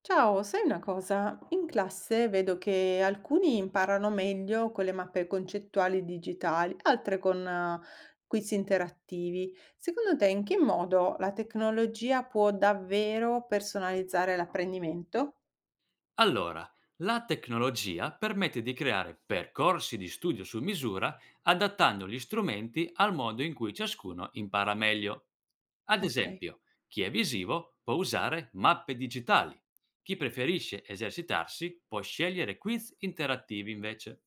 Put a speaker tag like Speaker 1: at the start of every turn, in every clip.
Speaker 1: Ciao, sai una cosa? In classe vedo che alcuni imparano meglio con le mappe concettuali digitali, altre con quiz interattivi. Secondo te, in che modo la tecnologia può davvero personalizzare l'apprendimento?
Speaker 2: Allora, la tecnologia permette di creare percorsi di studio su misura adattando gli strumenti al modo in cui ciascuno impara meglio. Ad
Speaker 1: Ok,
Speaker 2: esempio, chi è visivo può usare mappe digitali, chi preferisce esercitarsi può scegliere quiz interattivi invece.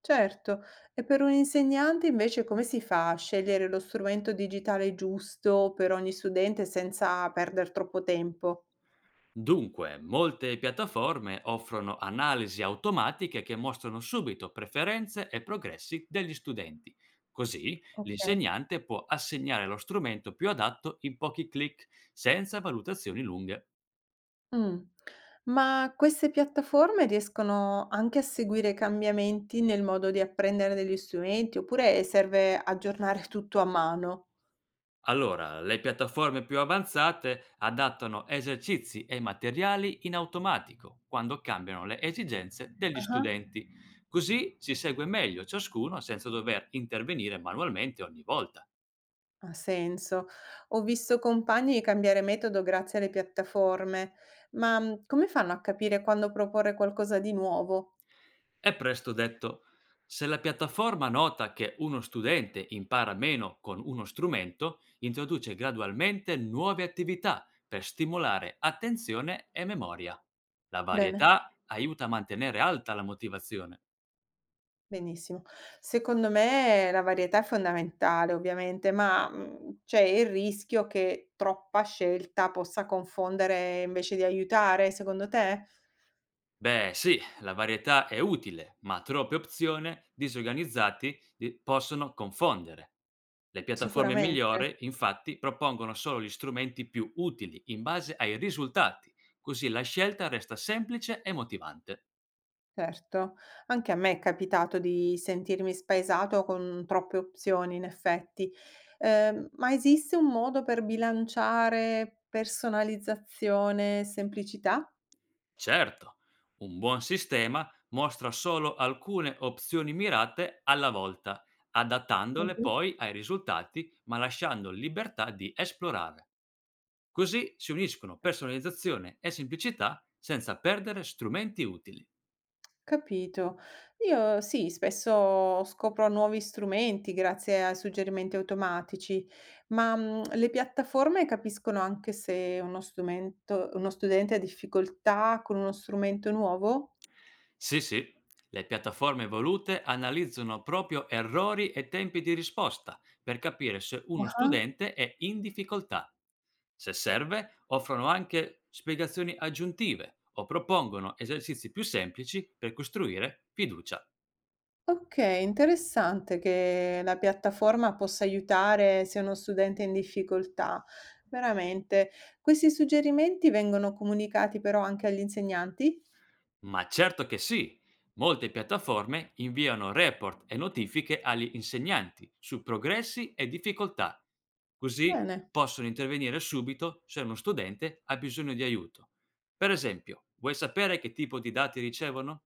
Speaker 1: certo. E per un insegnante invece come si fa a scegliere lo strumento digitale giusto per ogni studente senza perdere troppo tempo?
Speaker 2: Dunque, molte piattaforme offrono analisi automatiche che mostrano subito preferenze e progressi degli studenti. Così
Speaker 1: Ok.
Speaker 2: l'insegnante può assegnare lo strumento più adatto in pochi clic, senza valutazioni lunghe.
Speaker 1: Mh. Ma queste piattaforme riescono anche a seguire cambiamenti nel modo di apprendere degli strumenti, oppure serve aggiornare tutto a mano?
Speaker 2: Allora, le piattaforme più avanzate adattano esercizi e materiali in automatico quando cambiano le esigenze degli
Speaker 1: Ah-ah.
Speaker 2: studenti. Così si segue meglio ciascuno senza dover intervenire manualmente ogni volta.
Speaker 1: Ha senso. Ho visto compagni cambiare metodo grazie alle piattaforme, ma, come fanno a capire quando proporre qualcosa di nuovo?
Speaker 2: È presto detto. Se la piattaforma nota che uno studente impara meno con uno strumento, introduce gradualmente nuove attività per stimolare attenzione e memoria. La
Speaker 1: Bene.
Speaker 2: varietà aiuta a mantenere alta la motivazione.
Speaker 1: Benissimo. Secondo me la varietà è fondamentale ovviamente, ma, c'è il rischio che troppa scelta possa confondere invece di aiutare, secondo te?
Speaker 2: Beh, sì, la varietà è utile, ma troppe opzioni disorganizzati possono confondere. Le piattaforme
Speaker 1: Sicuramente,
Speaker 2: migliori, infatti, propongono solo gli strumenti più utili in base ai risultati, così la scelta resta semplice e motivante.
Speaker 1: certo. Anche a me è capitato di sentirmi spaesato con troppe opzioni in effetti. Ma esiste un modo per bilanciare personalizzazione e semplicità?
Speaker 2: Certo, un buon sistema mostra solo alcune opzioni mirate alla volta, adattandole
Speaker 1: Mh-mh.
Speaker 2: poi ai risultati, ma lasciando libertà di esplorare. Così si uniscono personalizzazione e semplicità senza perdere strumenti utili.
Speaker 1: Capito. Io sì, spesso scopro nuovi strumenti grazie ai suggerimenti automatici, ma le piattaforme capiscono anche se uno strumento, uno studente ha difficoltà con uno strumento nuovo?
Speaker 2: Sì, sì, le piattaforme evolute analizzano proprio errori e tempi di risposta per capire se uno
Speaker 1: Ah,
Speaker 2: studente è in difficoltà. Se serve, offrono anche spiegazioni aggiuntive o propongono esercizi più semplici per costruire fiducia.
Speaker 1: Ok, interessante che la piattaforma possa aiutare se uno studente è in difficoltà. Veramente. Questi suggerimenti vengono comunicati però anche agli insegnanti?
Speaker 2: Ma certo che sì! Molte piattaforme inviano report e notifiche agli insegnanti su progressi e difficoltà, così
Speaker 1: Bene.
Speaker 2: possono intervenire subito se uno studente ha bisogno di aiuto. Per esempio, vuoi sapere che tipo di dati ricevono?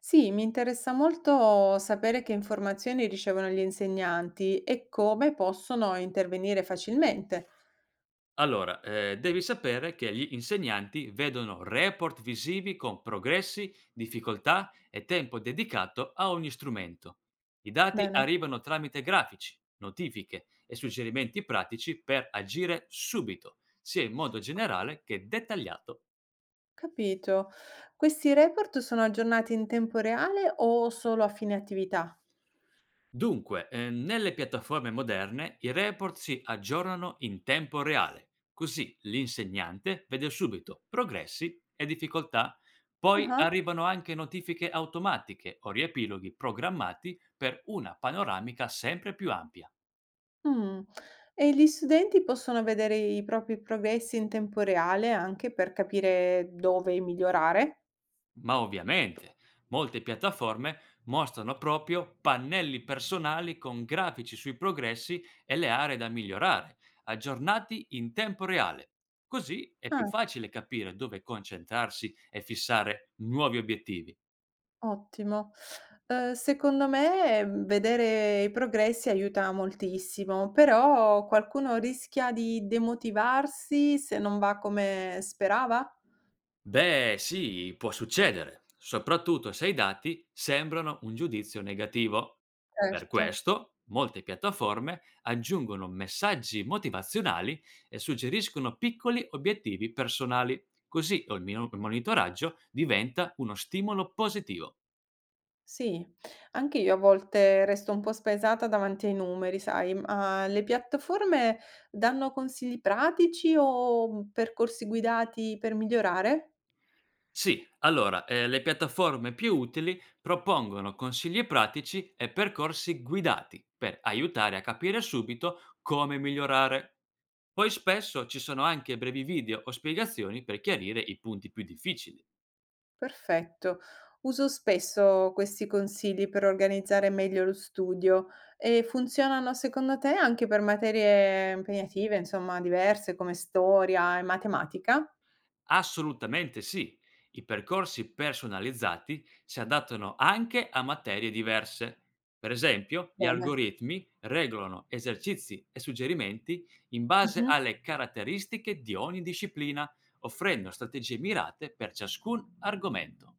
Speaker 1: Sì, mi interessa molto sapere che informazioni ricevono gli insegnanti e come possono intervenire facilmente.
Speaker 2: Allora, devi sapere che gli insegnanti vedono report visivi con progressi, difficoltà e tempo dedicato a ogni strumento. I dati
Speaker 1: Bene,
Speaker 2: arrivano tramite grafici, notifiche e suggerimenti pratici per agire subito, sia in modo generale che dettagliato.
Speaker 1: capito. Questi report sono aggiornati in tempo reale o solo a fine attività?
Speaker 2: Dunque, nelle piattaforme moderne i report si aggiornano in tempo reale, così l'insegnante vede subito progressi e difficoltà, poi
Speaker 1: Ah,
Speaker 2: arrivano anche notifiche automatiche o riepiloghi programmati per una panoramica sempre più ampia.
Speaker 1: mm. E gli studenti possono vedere i propri progressi in tempo reale anche per capire dove migliorare?
Speaker 2: Ma ovviamente, molte piattaforme mostrano proprio pannelli personali con grafici sui progressi e le aree da migliorare, aggiornati in tempo reale. Così è più
Speaker 1: Ah.
Speaker 2: facile capire dove concentrarsi e fissare nuovi obiettivi.
Speaker 1: Ottimo. Secondo me, vedere i progressi aiuta moltissimo, però qualcuno rischia di demotivarsi se non va come sperava?
Speaker 2: Beh, sì, può succedere, soprattutto se i dati sembrano un giudizio negativo. Per
Speaker 1: Certo,
Speaker 2: questo, molte piattaforme aggiungono messaggi motivazionali e suggeriscono piccoli obiettivi personali, così il monitoraggio diventa uno stimolo positivo.
Speaker 1: sì. Anche io a volte resto un po' spaesata davanti ai numeri, sai, ma le piattaforme danno consigli pratici o percorsi guidati per migliorare?
Speaker 2: Sì, allora, le piattaforme più utili propongono consigli pratici e percorsi guidati per aiutare a capire subito come migliorare. Poi spesso ci sono anche brevi video o spiegazioni per chiarire i punti più difficili.
Speaker 1: Perfetto. Uso spesso questi consigli per organizzare meglio lo studio e funzionano secondo te anche per materie impegnative, insomma, diverse come storia e matematica?
Speaker 2: Assolutamente sì. I percorsi personalizzati si adattano anche a materie diverse. Per esempio, gli
Speaker 1: Bene.
Speaker 2: algoritmi regolano esercizi e suggerimenti in base
Speaker 1: Mhm.
Speaker 2: alle caratteristiche di ogni disciplina, offrendo strategie mirate per ciascun argomento.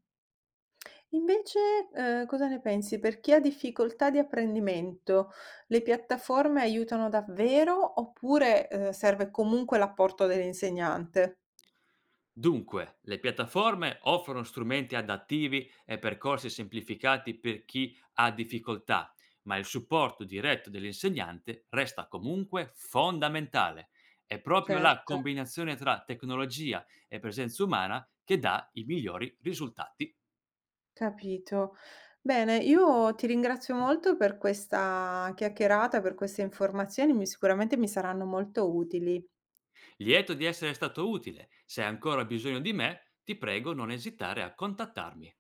Speaker 1: Invece, cosa ne pensi? Per chi ha difficoltà di apprendimento, le piattaforme aiutano davvero oppure, serve comunque l'apporto dell'insegnante?
Speaker 2: Dunque, le piattaforme offrono strumenti adattivi e percorsi semplificati per chi ha difficoltà, ma il supporto diretto dell'insegnante resta comunque fondamentale. È proprio la
Speaker 1: Certo.
Speaker 2: combinazione tra tecnologia e presenza umana che dà i migliori risultati.
Speaker 1: Capito. Bene, io ti ringrazio molto per questa chiacchierata, per queste informazioni, mi sicuramente mi saranno molto utili.
Speaker 2: Lieto di essere stato utile. Se hai ancora bisogno di me, ti prego non esitare a contattarmi.